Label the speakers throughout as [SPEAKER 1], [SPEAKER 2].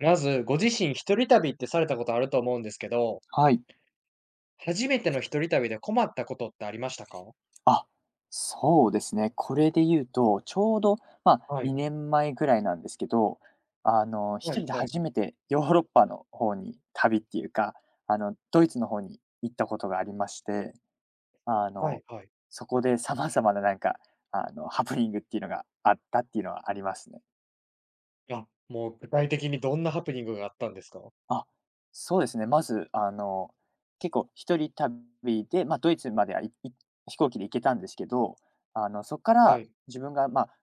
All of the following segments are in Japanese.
[SPEAKER 1] まず、ご自身一人旅ってされたことあると思うんですけど、
[SPEAKER 2] はい。
[SPEAKER 1] 初めての一人旅で困ったことってありましたか？
[SPEAKER 2] あ、そうですね。これで言うと、ちょうど、
[SPEAKER 1] はい、
[SPEAKER 2] 2年前ぐらいなんですけど、
[SPEAKER 1] は
[SPEAKER 2] 一
[SPEAKER 1] い
[SPEAKER 2] 人で
[SPEAKER 1] はい、
[SPEAKER 2] 初めてヨーロッパの方に旅っていうか、ドイツの方に行ったことがありまして、あ
[SPEAKER 1] はい
[SPEAKER 2] の、
[SPEAKER 1] はい。
[SPEAKER 2] そこで様々ななんか、ハプニングっていうのがあったっていうのはありますね。
[SPEAKER 1] あ、もう具体的にどんなハプニングがあったんですか？
[SPEAKER 2] あ、そうですね。まず、結構一人旅で、ドイツまでは、いい飛行機で行けたんですけど、そこか
[SPEAKER 1] は
[SPEAKER 2] ら
[SPEAKER 1] い、
[SPEAKER 2] 自分が、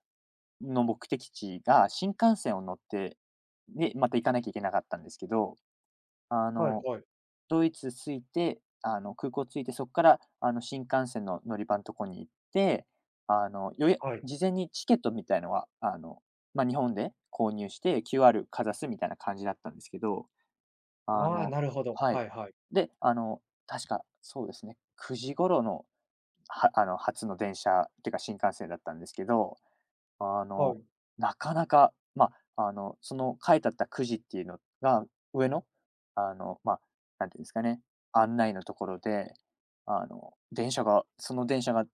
[SPEAKER 2] の目的地が新幹線を乗って、で、また行かなきゃいけなかったんですけど、あ
[SPEAKER 1] はい
[SPEAKER 2] の、
[SPEAKER 1] はい、
[SPEAKER 2] ドイツ着いて、空港着いて、そこから、新幹線の乗り場のとこに行って、あの、よや
[SPEAKER 1] はい。
[SPEAKER 2] 事前にチケットみたいのは、ま、日本で購入して QR かざすみたいな感じだったんですけど、あ
[SPEAKER 1] ああ、
[SPEAKER 2] の
[SPEAKER 1] なるほど。
[SPEAKER 2] は
[SPEAKER 1] は
[SPEAKER 2] い。
[SPEAKER 1] いはい、
[SPEAKER 2] で、確か、そうですね、9時頃の、初の電車ってか新幹線だったんですけど、あ
[SPEAKER 1] は
[SPEAKER 2] の、
[SPEAKER 1] い、
[SPEAKER 2] なかなか、その書いてあったくじっていうのが、上の、あの、まあ、なんていうんですかね、案内のところで、あの、電車がその電車が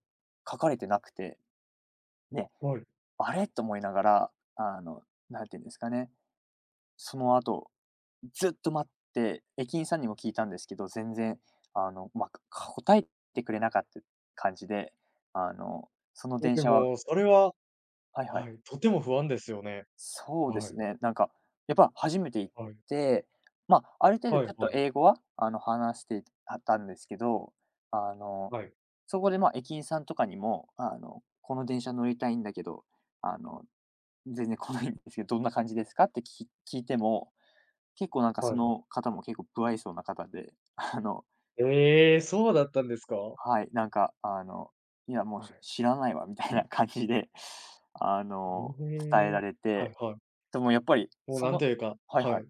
[SPEAKER 2] 書かれてなくて、ね、
[SPEAKER 1] はい。
[SPEAKER 2] あれ？と思いながら、あの、なんていうんですかね、その後、ずっと待って、駅員さんにも聞いたんですけど、全然、答えてくれなかった感じで、その
[SPEAKER 1] え、
[SPEAKER 2] 電
[SPEAKER 1] で
[SPEAKER 2] 車は。
[SPEAKER 1] も、それは
[SPEAKER 2] はいはい。
[SPEAKER 1] はい、とても不安ですよね。
[SPEAKER 2] そうで
[SPEAKER 1] はい、
[SPEAKER 2] すね。やっぱ初めて行っ
[SPEAKER 1] はい、
[SPEAKER 2] て、まあ、ある程度
[SPEAKER 1] はい
[SPEAKER 2] ちょっと
[SPEAKER 1] はい、
[SPEAKER 2] 英語は、話してあったんですけど、あの、
[SPEAKER 1] はい、
[SPEAKER 2] そこで、ま、駅員さんとかにも、この電車乗りたいんだけど、あの、全然来ないんですけど、どんな感じですかって聞いても、結構なんかそ
[SPEAKER 1] はい。
[SPEAKER 2] の方も結構不愛想な方で、
[SPEAKER 1] ええ、そうだったんですか？
[SPEAKER 2] はい、いや、もう、
[SPEAKER 1] はい。
[SPEAKER 2] 知らないわみたいな感じで、あの、
[SPEAKER 1] え
[SPEAKER 2] 伝え
[SPEAKER 1] え、
[SPEAKER 2] られ
[SPEAKER 1] はい
[SPEAKER 2] て、
[SPEAKER 1] はい。
[SPEAKER 2] でもやっぱり、
[SPEAKER 1] もう
[SPEAKER 2] そ
[SPEAKER 1] なん
[SPEAKER 2] の、
[SPEAKER 1] というか、
[SPEAKER 2] はい
[SPEAKER 1] は
[SPEAKER 2] はい。
[SPEAKER 1] い。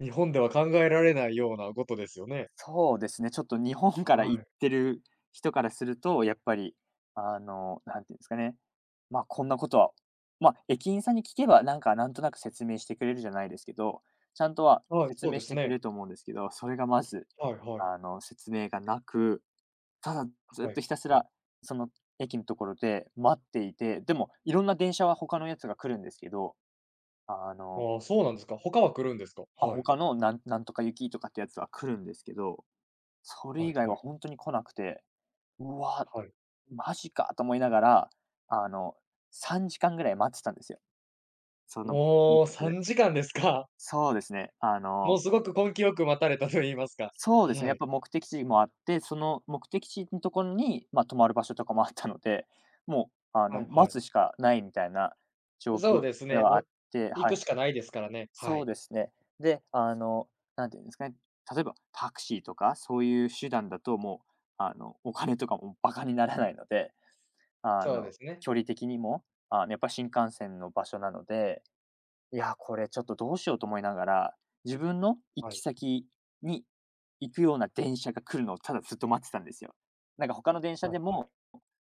[SPEAKER 1] 日本では考えられないようなことですよね。
[SPEAKER 2] そうですね、ちょっと日本から
[SPEAKER 1] は
[SPEAKER 2] 行
[SPEAKER 1] い。
[SPEAKER 2] ってる人からすると、やっぱり、あの、なんていうんですかね、まあ、こんなことは、まあ、駅員さんに聞けば、なんか、なんとなく説明してくれるじゃないですけど、ちゃんとは
[SPEAKER 1] はい、
[SPEAKER 2] 説
[SPEAKER 1] そう
[SPEAKER 2] 明
[SPEAKER 1] で
[SPEAKER 2] し
[SPEAKER 1] す
[SPEAKER 2] てく
[SPEAKER 1] ね。
[SPEAKER 2] れると思うんですけど、それがまず、
[SPEAKER 1] はいはい、
[SPEAKER 2] 説明がなく、ただずっ
[SPEAKER 1] は
[SPEAKER 2] と
[SPEAKER 1] い。
[SPEAKER 2] ひたすら、その駅のところで待っていて、でも、いろんな電車は他のやつが来るんですけど、あの、
[SPEAKER 1] ああ、そうなんですか。他は来るんですか？
[SPEAKER 2] あ、
[SPEAKER 1] はい。
[SPEAKER 2] 他のなんとか行きとかってやつは来るんですけど、それ
[SPEAKER 1] は
[SPEAKER 2] 以
[SPEAKER 1] い
[SPEAKER 2] 外
[SPEAKER 1] は
[SPEAKER 2] は
[SPEAKER 1] い、
[SPEAKER 2] 本当に来なくて、うわ、
[SPEAKER 1] はい。
[SPEAKER 2] マジかと思いながら、あの、3時間ぐらい待ってたんですよ。そのその
[SPEAKER 1] もう
[SPEAKER 2] 場所で。
[SPEAKER 1] 3時間ですか。
[SPEAKER 2] そうですね。
[SPEAKER 1] もうすごく根気よく待たれたと言いますか。
[SPEAKER 2] そうですね、
[SPEAKER 1] は
[SPEAKER 2] やっ
[SPEAKER 1] い、
[SPEAKER 2] ぱ目的地もあって、その目的地のところに、まあ、泊まる場所とかもあったので、もう、
[SPEAKER 1] はいは
[SPEAKER 2] 待
[SPEAKER 1] い。
[SPEAKER 2] つしかないみたいな状
[SPEAKER 1] そう
[SPEAKER 2] 況
[SPEAKER 1] です
[SPEAKER 2] で
[SPEAKER 1] ね、
[SPEAKER 2] は
[SPEAKER 1] も
[SPEAKER 2] あっ
[SPEAKER 1] う
[SPEAKER 2] て、
[SPEAKER 1] 行
[SPEAKER 2] はいは
[SPEAKER 1] くし
[SPEAKER 2] い。
[SPEAKER 1] かないですからね。は
[SPEAKER 2] そう
[SPEAKER 1] い。
[SPEAKER 2] ですね。で、あの、なんていうんですかね、例えばタクシーとかそういう手段だともう、お金とかもバカにならないので、あ
[SPEAKER 1] そうで
[SPEAKER 2] の、
[SPEAKER 1] すね。
[SPEAKER 2] 距離的にも、やっぱり新幹線の場所なので、いや、これちょっとどうしようと思いながら、自分の行
[SPEAKER 1] は
[SPEAKER 2] き
[SPEAKER 1] い、
[SPEAKER 2] 先に行くような電車が来るのをただずっと待ってたんですよ。なんか他の電車
[SPEAKER 1] はい
[SPEAKER 2] で
[SPEAKER 1] はい。
[SPEAKER 2] も、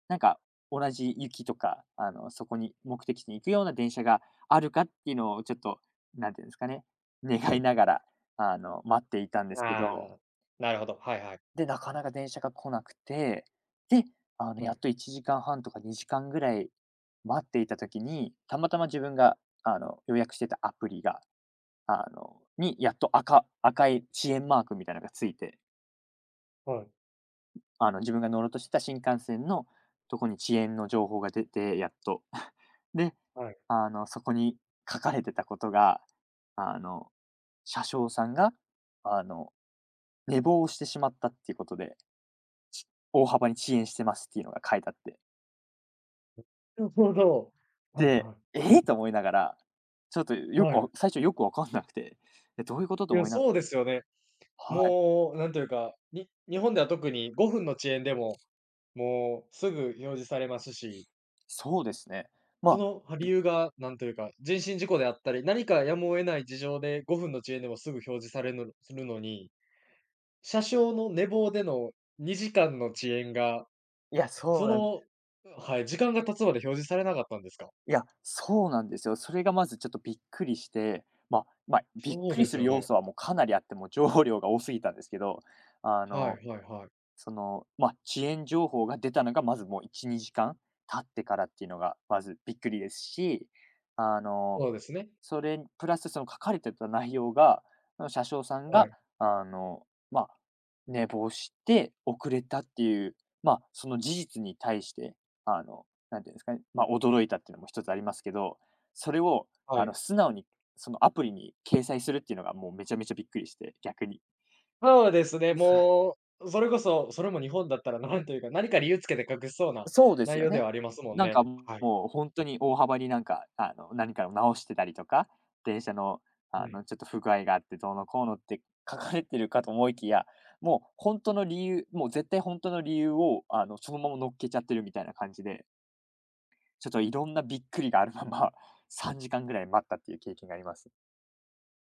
[SPEAKER 2] なんか同じ行きとか、そこに目的地に行くような電車があるかっていうのをちょっと、なんていうんですかね、願いながら、待っていたんですけど、
[SPEAKER 1] ああ、なるほど、はいはい。
[SPEAKER 2] で、なかなか電車が来なくて、で、
[SPEAKER 1] は
[SPEAKER 2] やっ
[SPEAKER 1] い、
[SPEAKER 2] と1時間半とか2時間ぐらい待っていた時に、たまたま自分が、予約してたアプリが、やっと赤い遅延マークみたいなのがついて、
[SPEAKER 1] はい、
[SPEAKER 2] 自分が乗ろうとしてた新幹線のとこに遅延の情報が出て、やっと。で、
[SPEAKER 1] はい。
[SPEAKER 2] そこに書かれてたことが、あの、車掌さんが、あの、寝坊をしてしまったっていうことで、大幅に遅延してますっていうのが書いてあって。
[SPEAKER 1] なるほど。はい
[SPEAKER 2] で、
[SPEAKER 1] は
[SPEAKER 2] ええ！と思いながら、ちょっと
[SPEAKER 1] い、
[SPEAKER 2] よ
[SPEAKER 1] は
[SPEAKER 2] く
[SPEAKER 1] い。
[SPEAKER 2] わ最初よくわかんなくて、え、どういうことと
[SPEAKER 1] いや、
[SPEAKER 2] 思いながら、
[SPEAKER 1] そうですよね。
[SPEAKER 2] はい、
[SPEAKER 1] もう、なんというか、に日本では特に5分の遅延でも、もうすぐ表示されますし、
[SPEAKER 2] そうですね。ま
[SPEAKER 1] そ
[SPEAKER 2] あ、
[SPEAKER 1] の、理由がなんというか、人身事故であったり、何かやむを得ない事情で5分の遅延でもすぐ表示されるするのに、車掌の寝坊での2時間の遅延が、
[SPEAKER 2] いや、そ
[SPEAKER 1] そ
[SPEAKER 2] うなん
[SPEAKER 1] の、はい、時間が経つまで表示されなかったんですか？
[SPEAKER 2] いや、そうなんですよ。それがまずちょっとびっくりして、まあまあ、びっ
[SPEAKER 1] そう
[SPEAKER 2] く
[SPEAKER 1] で
[SPEAKER 2] りす
[SPEAKER 1] す
[SPEAKER 2] る
[SPEAKER 1] よ
[SPEAKER 2] 要
[SPEAKER 1] ね。
[SPEAKER 2] 素はもうかなりあって、もう情報量が多すぎたんですけど、あ
[SPEAKER 1] は
[SPEAKER 2] の、
[SPEAKER 1] いはいはい。
[SPEAKER 2] その、まあ、遅延情報が出たのがまずもう1、2時間経ってからっていうのがまずびっくりですし、あの
[SPEAKER 1] そうですね。
[SPEAKER 2] それプラスその書かれてた内容が、その車掌さん
[SPEAKER 1] は
[SPEAKER 2] が、
[SPEAKER 1] い、
[SPEAKER 2] あの、まあ、寝坊して遅れたっていう、まあ、その事実に対して、あの、なんていうんですかね、まあ、驚いたっていうのも一つありますけど、それを、
[SPEAKER 1] はい。
[SPEAKER 2] 素直にそのアプリに掲載するっていうのがもうめちゃめちゃびっくりして、逆に。
[SPEAKER 1] そうですね、もう、それこそ、それも日本だったらなんというか、何か理由つけて隠しそうな
[SPEAKER 2] そうです
[SPEAKER 1] 内
[SPEAKER 2] よ
[SPEAKER 1] 容で
[SPEAKER 2] ね。
[SPEAKER 1] はありますもん
[SPEAKER 2] なん
[SPEAKER 1] ね。
[SPEAKER 2] か、
[SPEAKER 1] はい。
[SPEAKER 2] もう本当に大幅になんか、何かを直してたりとか、電車の、
[SPEAKER 1] うん。
[SPEAKER 2] ちょっと不具合があってどうのこうのって書かれてるかと思いきや、もう絶対本当の理由を、そのまま乗っけちゃってるみたいな感じで、ちょっといろんなびっくりがあるまま、3時間ぐらい待ったっていう経験があります。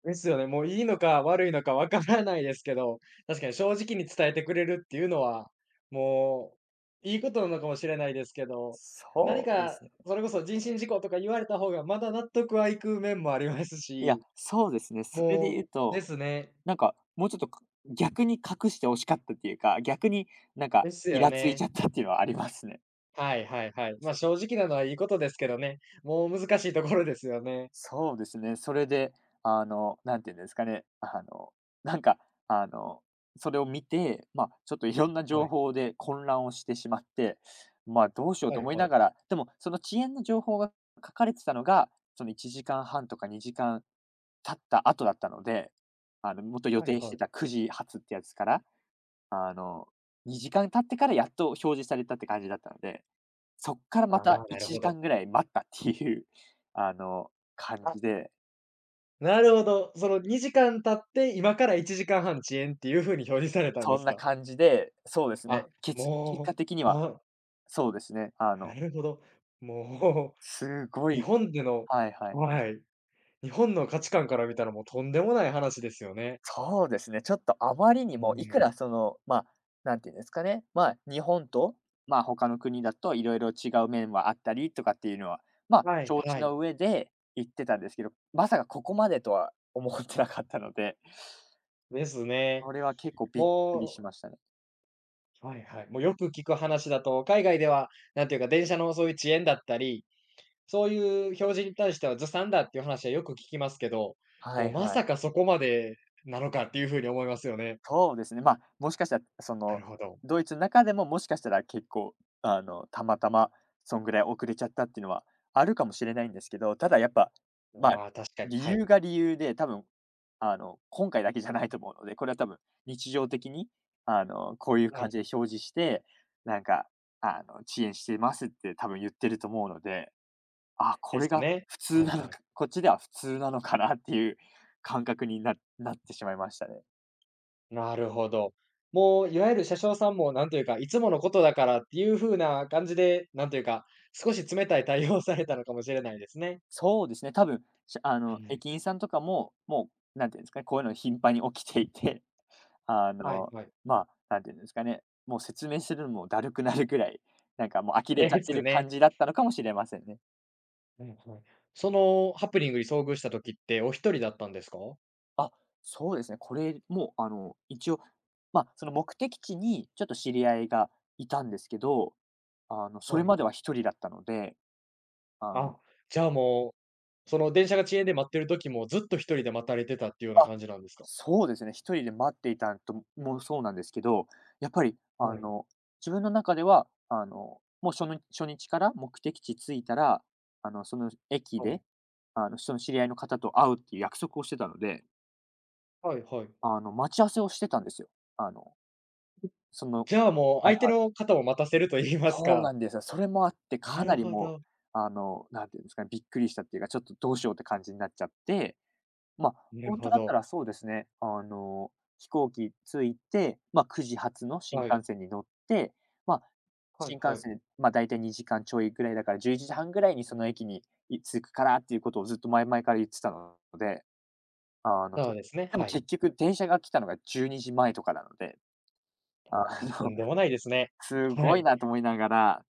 [SPEAKER 1] ですよね、もういいのか悪いのかわからないですけど、確かに正直に伝えてくれるっていうのは、もういいことなのかもしれないですけど、何
[SPEAKER 2] そうで
[SPEAKER 1] か
[SPEAKER 2] すね。
[SPEAKER 1] それこそ人身事故とか言われた方がまだ納得はいく面もあります
[SPEAKER 2] いや、
[SPEAKER 1] し、
[SPEAKER 2] そうですね。それで言
[SPEAKER 1] も
[SPEAKER 2] う
[SPEAKER 1] うで
[SPEAKER 2] と
[SPEAKER 1] すね。
[SPEAKER 2] なんか、もうちょっと、か逆に隠して欲しかったっていうか、逆になんか
[SPEAKER 1] です
[SPEAKER 2] イ
[SPEAKER 1] よ
[SPEAKER 2] ラつい
[SPEAKER 1] ね。
[SPEAKER 2] ちゃったっていうのはありますね。
[SPEAKER 1] はいはいはい。ま、正直なのはいいことですけどね、もう難しいところですよね。
[SPEAKER 2] そうですね、それで、あの、なんて言うんですかね、あの、なんか、あの、それを見て、まあ、ちょっといろんな
[SPEAKER 1] は
[SPEAKER 2] 情
[SPEAKER 1] い。
[SPEAKER 2] 報で混乱をしてしまって、まあ、どうしよう
[SPEAKER 1] は
[SPEAKER 2] と
[SPEAKER 1] い
[SPEAKER 2] 思い
[SPEAKER 1] はい。
[SPEAKER 2] ながら、でもその遅延の情報が書かれてたのが、その1時間半とか2時間経った後だったので、もっと予
[SPEAKER 1] はい
[SPEAKER 2] 定し
[SPEAKER 1] は
[SPEAKER 2] て
[SPEAKER 1] い。
[SPEAKER 2] た9時発ってやつから、あの、2時間経ってからやっと表示されたって感じだったので、そっから
[SPEAKER 1] あ
[SPEAKER 2] また
[SPEAKER 1] あ、なる
[SPEAKER 2] 1
[SPEAKER 1] ほ
[SPEAKER 2] 時
[SPEAKER 1] ど。
[SPEAKER 2] 間ぐらい待ったっていう、感
[SPEAKER 1] あ。
[SPEAKER 2] じで、
[SPEAKER 1] なるほど。その2時間経って、今から1時間半遅延っていう風に表示されたんで
[SPEAKER 2] そ
[SPEAKER 1] す
[SPEAKER 2] んな
[SPEAKER 1] か？
[SPEAKER 2] 感じで、そうです
[SPEAKER 1] あ、
[SPEAKER 2] ね、結果
[SPEAKER 1] も
[SPEAKER 2] 的に
[SPEAKER 1] う、
[SPEAKER 2] は、そうですね、
[SPEAKER 1] なるほど。も
[SPEAKER 2] すご
[SPEAKER 1] う、日
[SPEAKER 2] い
[SPEAKER 1] 本での、
[SPEAKER 2] はいはい。
[SPEAKER 1] はい。日本の価値観から見たらもうとんでもない話ですよね。
[SPEAKER 2] そうですね、ちょっとあまりに
[SPEAKER 1] う
[SPEAKER 2] も、いく
[SPEAKER 1] ん。
[SPEAKER 2] らその、まあ、なんていうんですかね、まあ、日本と、まあ、他の国だといろいろ違う面はあったりとかっていうのは、まあ、
[SPEAKER 1] はい
[SPEAKER 2] 承知
[SPEAKER 1] はい。
[SPEAKER 2] の上で言ってたんですけど、まさかここまでとは思ってなかったので、
[SPEAKER 1] ですね。
[SPEAKER 2] それは結構びっくりし
[SPEAKER 1] もう、
[SPEAKER 2] ましたね。
[SPEAKER 1] はいはい。もうよく聞く話だと、海外では、なんていうか、電車のそういう遅延だったりそういう表示に対してはずさんだっていう話はよく聞きますけど、
[SPEAKER 2] は
[SPEAKER 1] もう
[SPEAKER 2] い
[SPEAKER 1] ま
[SPEAKER 2] は
[SPEAKER 1] さ
[SPEAKER 2] い。
[SPEAKER 1] かそこまでなのかっていうふうに思いますよね。
[SPEAKER 2] そうですね、もしかしたら、
[SPEAKER 1] なるほど。
[SPEAKER 2] ドイツの中でも、もしかしたら結構、たまたまそんぐらい遅れちゃったっていうのはあるかもしれないんですけど、ただやっぱ、まあ、
[SPEAKER 1] ああ、確かに。
[SPEAKER 2] 理
[SPEAKER 1] はい。
[SPEAKER 2] 由が理由で、多分、今回だけじゃないと思うので、これは多分日常的に、こういう
[SPEAKER 1] は
[SPEAKER 2] 感
[SPEAKER 1] い。
[SPEAKER 2] じで表示して、なんか、遅延してますって多分言ってると思うので、あ、こ
[SPEAKER 1] で
[SPEAKER 2] れ
[SPEAKER 1] す
[SPEAKER 2] が
[SPEAKER 1] ね。
[SPEAKER 2] 普通
[SPEAKER 1] はい
[SPEAKER 2] なの
[SPEAKER 1] はい。
[SPEAKER 2] か、こっちでは普通なのかなっていう感覚になってしまいましたね。
[SPEAKER 1] なるほど。もういわゆる車掌さんもなんというか、いつものことだからっていう風な感じで、なんというか、少し冷たい対応をされたのかもしれないですね。
[SPEAKER 2] そうですね、多分、
[SPEAKER 1] はい。
[SPEAKER 2] 駅員さんとかも、もう、なんていうんですかね、こういうのが頻繁に起きていて、あ
[SPEAKER 1] はい
[SPEAKER 2] の、
[SPEAKER 1] はい。
[SPEAKER 2] なんていうんですかね、もう説明するのもだるくなるくらい、なんかもう呆れちゃっ
[SPEAKER 1] で
[SPEAKER 2] て
[SPEAKER 1] す
[SPEAKER 2] る
[SPEAKER 1] ね。
[SPEAKER 2] 感じだったのかもしれませんね。
[SPEAKER 1] はいはい。そのハプニングに遭遇した時ってお一人だったんですか？
[SPEAKER 2] あ、そうですね、これもう、一応、その目的地にちょっと知り合いがいたんですけど、それ
[SPEAKER 1] はい。
[SPEAKER 2] までは一人だったので、あ
[SPEAKER 1] あ、
[SPEAKER 2] の
[SPEAKER 1] じゃあもうその電車が遅延で待ってる時もずっと一人で待たれてたっていうような
[SPEAKER 2] あ、
[SPEAKER 1] 感じなんですか？
[SPEAKER 2] そうですね。一人で待っていたんそうなんですけど、やっぱり
[SPEAKER 1] はい
[SPEAKER 2] 自分の中では、もう初日から目的地着いたら、その駅
[SPEAKER 1] はい。
[SPEAKER 2] で、その知り合いの方と会うっていう約束をしてたので、
[SPEAKER 1] はいはい。
[SPEAKER 2] 待ち合わせをしてたんですよ。あの、その
[SPEAKER 1] じゃあ、もう
[SPEAKER 2] はい
[SPEAKER 1] 相手
[SPEAKER 2] はい。
[SPEAKER 1] の方を待たせると言います
[SPEAKER 2] そう
[SPEAKER 1] か。
[SPEAKER 2] なんですよ。それもあって
[SPEAKER 1] な
[SPEAKER 2] か
[SPEAKER 1] る
[SPEAKER 2] なり
[SPEAKER 1] ほ
[SPEAKER 2] もう、
[SPEAKER 1] ど。
[SPEAKER 2] なんていうんですかね、びっくりしたっていうか、ちょっとどうしようって感じになっちゃって、ま、あ
[SPEAKER 1] なる
[SPEAKER 2] 本当
[SPEAKER 1] ほ
[SPEAKER 2] だった
[SPEAKER 1] ど。
[SPEAKER 2] らそうですね、飛行機着いて、9時発の新
[SPEAKER 1] はい。
[SPEAKER 2] 幹線に乗って、まあ、
[SPEAKER 1] はい
[SPEAKER 2] 新幹
[SPEAKER 1] はい。
[SPEAKER 2] 線、だいたい2時間ちょいぐらいだから11時半ぐらいにその駅に、着くからっていうことをずっと前々から言ってたので、あの、
[SPEAKER 1] そ
[SPEAKER 2] け
[SPEAKER 1] うですね、
[SPEAKER 2] でも
[SPEAKER 1] はい。
[SPEAKER 2] 結局電車が来たのが12時前とかなので、あ
[SPEAKER 1] と
[SPEAKER 2] の、
[SPEAKER 1] んとん でもないですね。
[SPEAKER 2] す
[SPEAKER 1] は
[SPEAKER 2] ごい
[SPEAKER 1] い。
[SPEAKER 2] なと思いながら、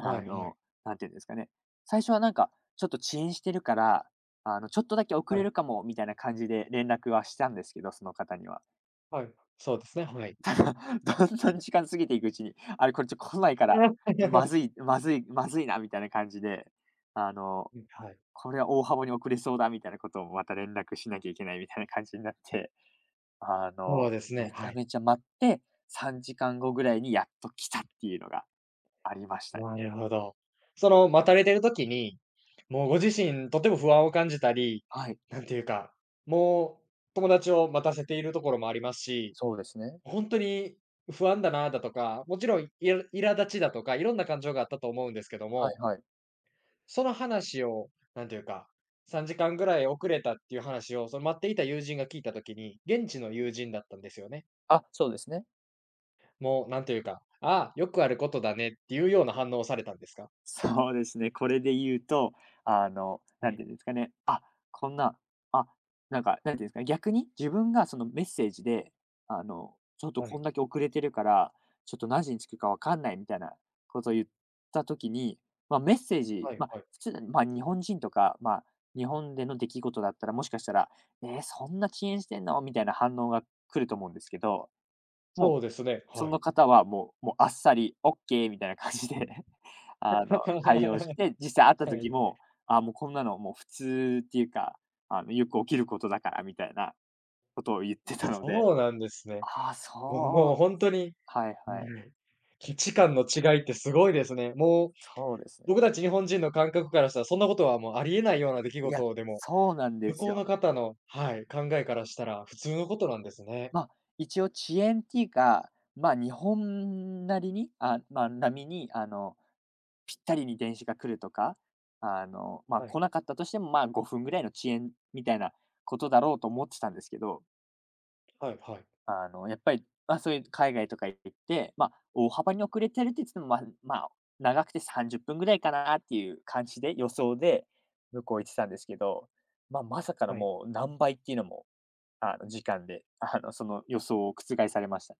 [SPEAKER 1] はいはい。
[SPEAKER 2] の、なんていうんですかね、最初はなんか、ちょっと遅延してるから、ちょっとだけ遅
[SPEAKER 1] は
[SPEAKER 2] れ
[SPEAKER 1] い
[SPEAKER 2] るかもみたいな感じで連絡はしたんですけど、その方には。
[SPEAKER 1] はい。そうですね、はい。
[SPEAKER 2] ただ、どんどん時間過ぎていくうちに、あれ、これちょっと来ないから、ま ずい、まずい、まずいなみたいな感じで、あの、
[SPEAKER 1] はい。
[SPEAKER 2] これは大幅に遅れそうだみたいなことをまた連絡しなきゃいけないみたいな感じになって、あ
[SPEAKER 1] そう
[SPEAKER 2] の、
[SPEAKER 1] ですね、
[SPEAKER 2] めち
[SPEAKER 1] は
[SPEAKER 2] ゃ
[SPEAKER 1] い。
[SPEAKER 2] めちゃ待って、3時間後ぐらいにやっと来たっていうのがありましたね。
[SPEAKER 1] なるほど。その、待たれてる時に、もうご自身とても不安を感じたり、
[SPEAKER 2] はい、
[SPEAKER 1] なんていうか、もう友達を待たせているところもありますし、
[SPEAKER 2] そうですね。
[SPEAKER 1] ほんとに不安だなだとか、もちろん苛立ちだとか、いろんな感情があったと思うんですけど
[SPEAKER 2] はい
[SPEAKER 1] も、
[SPEAKER 2] はい。
[SPEAKER 1] その話を、なんていうか、3時間ぐらい遅れたっていう話を、その待っていた友人が聞いた時に、現地の友人だったんですよね。
[SPEAKER 2] あ、そうですね。
[SPEAKER 1] もうなんというか、「ああ、よくあることだね」っていうような反応をされたんですか？
[SPEAKER 2] そうですね、これで言うと、
[SPEAKER 1] は
[SPEAKER 2] なん
[SPEAKER 1] い、
[SPEAKER 2] ていうんですかね、あ、こんな、あ、なんか、なんていうんですかね、逆に自分がそのメッセージで、ちょっと
[SPEAKER 1] は
[SPEAKER 2] こ
[SPEAKER 1] い、
[SPEAKER 2] んだけ遅れてるから、ちょっと何時に着くかわかんないみたいなことを言った時に、まあ、メッセージ、
[SPEAKER 1] はいはい。
[SPEAKER 2] 普通、日本人とか、日本での出来事だったら、もしかしたら、「ええ、そんな遅延してんの？」みたいな反応が来ると思うんですけど、もう
[SPEAKER 1] そうですね、
[SPEAKER 2] そ
[SPEAKER 1] はい。
[SPEAKER 2] の方はもうあっさりオッケーみたいな感じで 対応し て、実際会った
[SPEAKER 1] は
[SPEAKER 2] 時
[SPEAKER 1] い、
[SPEAKER 2] も、あ、もうこんなのもう普通っていうか、よく起きることだからみたいなことを言ってたので、
[SPEAKER 1] そうなんですね。
[SPEAKER 2] ああ、
[SPEAKER 1] も
[SPEAKER 2] そ
[SPEAKER 1] う
[SPEAKER 2] う
[SPEAKER 1] 本当に、
[SPEAKER 2] はいはい。
[SPEAKER 1] 価値観の違いってすごいですね。もう
[SPEAKER 2] そうですね。
[SPEAKER 1] 僕たち日本人の感覚からしたら、そんなことはもうありえないような出来
[SPEAKER 2] いや、
[SPEAKER 1] 事でも、
[SPEAKER 2] そうなんで
[SPEAKER 1] 向
[SPEAKER 2] す
[SPEAKER 1] こう
[SPEAKER 2] よ。
[SPEAKER 1] の方の、はい、考えからしたら普通のことなんですね。
[SPEAKER 2] まあ、一応遅延っていうか、日本なりに、あ、ま、あ波に、ぴったりに電車が来るとか、
[SPEAKER 1] はい、
[SPEAKER 2] 来なかったとしても、5分ぐらいの遅延みたいなことだろうと思ってたんですけど、
[SPEAKER 1] はいはい、
[SPEAKER 2] やっぱり、そういう海外とか行って、大幅に遅れてるって言っても、まあまあ、長くて30分ぐらいかなっていう感じで、予想で向こう行ってたんですけど、まさかの
[SPEAKER 1] はい。
[SPEAKER 2] もう何倍っていうのも、時間で、その予想を覆されました。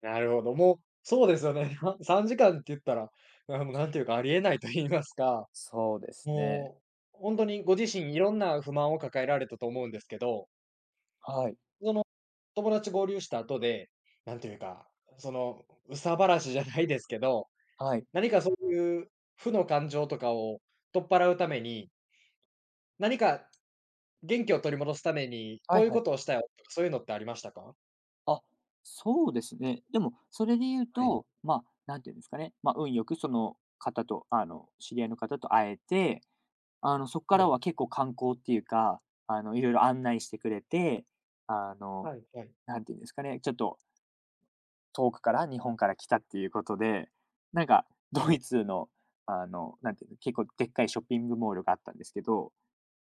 [SPEAKER 1] なるほど、もう、そうですよね。3時間って言ったら、なんていうか、ありえないと言いますか、
[SPEAKER 2] そうですね。
[SPEAKER 1] もう本当にご自身いろんな不満を抱えられたと思うんですけど、
[SPEAKER 2] はい。
[SPEAKER 1] その友達合流した後で、なんていうか、その、憂さ晴らしじゃないですけど、
[SPEAKER 2] はい。
[SPEAKER 1] 何かそういう負の感情とかを取っ払うために、何か元気を取り戻すために、こ
[SPEAKER 2] はい
[SPEAKER 1] ういう
[SPEAKER 2] は
[SPEAKER 1] こ
[SPEAKER 2] い。
[SPEAKER 1] とをしたよとか、そういうのってありましたか？
[SPEAKER 2] あ、そうですね。でも、それで言う
[SPEAKER 1] はい、
[SPEAKER 2] と、なんていうんですかね。運よくその方と、知り合いの方と会えて、そこか
[SPEAKER 1] は
[SPEAKER 2] ら
[SPEAKER 1] い、
[SPEAKER 2] は結構観光っていうか、いろいろ案内してくれて、あの、
[SPEAKER 1] はい、はい、
[SPEAKER 2] なんていうんですかね。ちょっと遠くから、日本から来たっていうことで、なんか、ド
[SPEAKER 1] はい。
[SPEAKER 2] イツの、あの、なんていうの、結構でっかいショッピングモールがあったんですけど、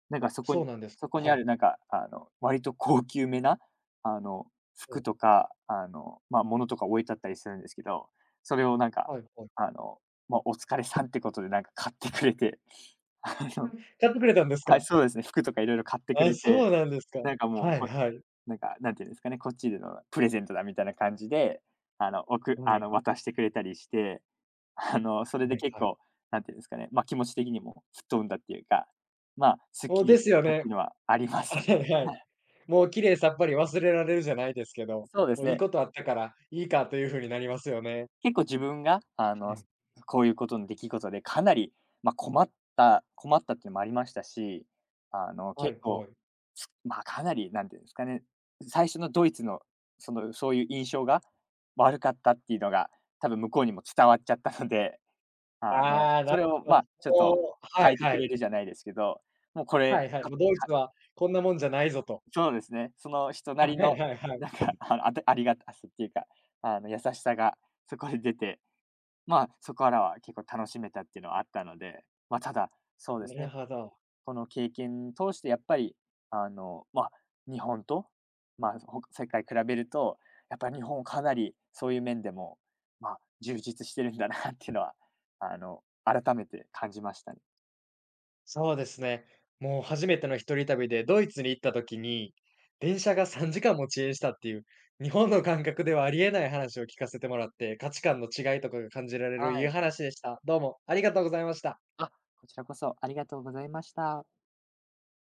[SPEAKER 2] なんか
[SPEAKER 1] あ、
[SPEAKER 2] そこ
[SPEAKER 1] そ
[SPEAKER 2] に
[SPEAKER 1] うなんです
[SPEAKER 2] そ
[SPEAKER 1] か。
[SPEAKER 2] こにあ
[SPEAKER 1] はい。
[SPEAKER 2] るなんか、割と高級めな、あの、
[SPEAKER 1] うん、
[SPEAKER 2] 服とか、物とか置いてあったりするんですけど、それをなんか、
[SPEAKER 1] はいはい。
[SPEAKER 2] あの、お疲れさんってことでなんか買ってくれて、あの
[SPEAKER 1] 買ってくれたんです
[SPEAKER 2] は
[SPEAKER 1] か？
[SPEAKER 2] い、そうですね、服とかいろいろ買ってく
[SPEAKER 1] あ、
[SPEAKER 2] れ
[SPEAKER 1] そ
[SPEAKER 2] て、
[SPEAKER 1] うなんですか。
[SPEAKER 2] なんかもう
[SPEAKER 1] はい
[SPEAKER 2] こ
[SPEAKER 1] はい。
[SPEAKER 2] なんか、なんていうんですかね、こっちでのプレゼントだみたいな感じで、
[SPEAKER 1] はい、
[SPEAKER 2] 渡してくれたりして、それ
[SPEAKER 1] は
[SPEAKER 2] で
[SPEAKER 1] い。
[SPEAKER 2] 結
[SPEAKER 1] はい。
[SPEAKER 2] 構、なんていうんですかね、気持ち的にも吹っ飛んだっていうか、すっ
[SPEAKER 1] お、
[SPEAKER 2] きり
[SPEAKER 1] で
[SPEAKER 2] し
[SPEAKER 1] すよ
[SPEAKER 2] たって
[SPEAKER 1] ね。
[SPEAKER 2] いうのはあります。
[SPEAKER 1] はいは
[SPEAKER 2] は
[SPEAKER 1] い。
[SPEAKER 2] い、
[SPEAKER 1] もう綺麗さっぱり忘れられるじゃないですけど、
[SPEAKER 2] そうで
[SPEAKER 1] も
[SPEAKER 2] す
[SPEAKER 1] ういい
[SPEAKER 2] ね。
[SPEAKER 1] ことあったからいいかという風になりますよね。
[SPEAKER 2] 結構自分が、
[SPEAKER 1] うん。
[SPEAKER 2] こういうことの出来事でかなり、まあ、困っ困ったっていうのもありましたし、
[SPEAKER 1] は
[SPEAKER 2] 結
[SPEAKER 1] いは
[SPEAKER 2] 構、
[SPEAKER 1] い。
[SPEAKER 2] つまあ、かなりなんていうんですかね、最初のドイツの、そういう印象が悪かったっていうのが、多分向こうにも伝わっちゃったので、
[SPEAKER 1] ああ、な
[SPEAKER 2] そ
[SPEAKER 1] る
[SPEAKER 2] れを、
[SPEAKER 1] ほど。
[SPEAKER 2] ちょっと
[SPEAKER 1] もう、は
[SPEAKER 2] 変
[SPEAKER 1] い
[SPEAKER 2] えて
[SPEAKER 1] は
[SPEAKER 2] く
[SPEAKER 1] い。
[SPEAKER 2] れるじゃないですけど、もうこ
[SPEAKER 1] は
[SPEAKER 2] れ、
[SPEAKER 1] いはい。
[SPEAKER 2] か
[SPEAKER 1] も
[SPEAKER 2] か
[SPEAKER 1] うドイツはこんなもんじゃないぞと。
[SPEAKER 2] そうですね。その人な
[SPEAKER 1] あ、は
[SPEAKER 2] り
[SPEAKER 1] い
[SPEAKER 2] の、
[SPEAKER 1] はいは い。
[SPEAKER 2] なんか、あの、あたありがたさっていうか、優しさがそこで出て、そこからは結構楽しめたっていうのはあったので、まあ、ただ、そうで
[SPEAKER 1] な
[SPEAKER 2] す
[SPEAKER 1] る
[SPEAKER 2] ね、
[SPEAKER 1] ほど。
[SPEAKER 2] この経験通してやっぱり、あの、まあ、日本と、世界比べると、やっぱり日本かなりそういう面でも、充実してるんだなっていうのは、改めて感じましたね。
[SPEAKER 1] そうですね。もう初めての一人旅でドイツに行った時に、電車が3時間も遅延したっていう、日本の感覚ではありえない話を聞かせてもらって、価値観の違いとかが感じられるい
[SPEAKER 2] は
[SPEAKER 1] い
[SPEAKER 2] い。
[SPEAKER 1] 話でした。どうもありがとうございました。
[SPEAKER 2] あ、こちらこそありがとうございました。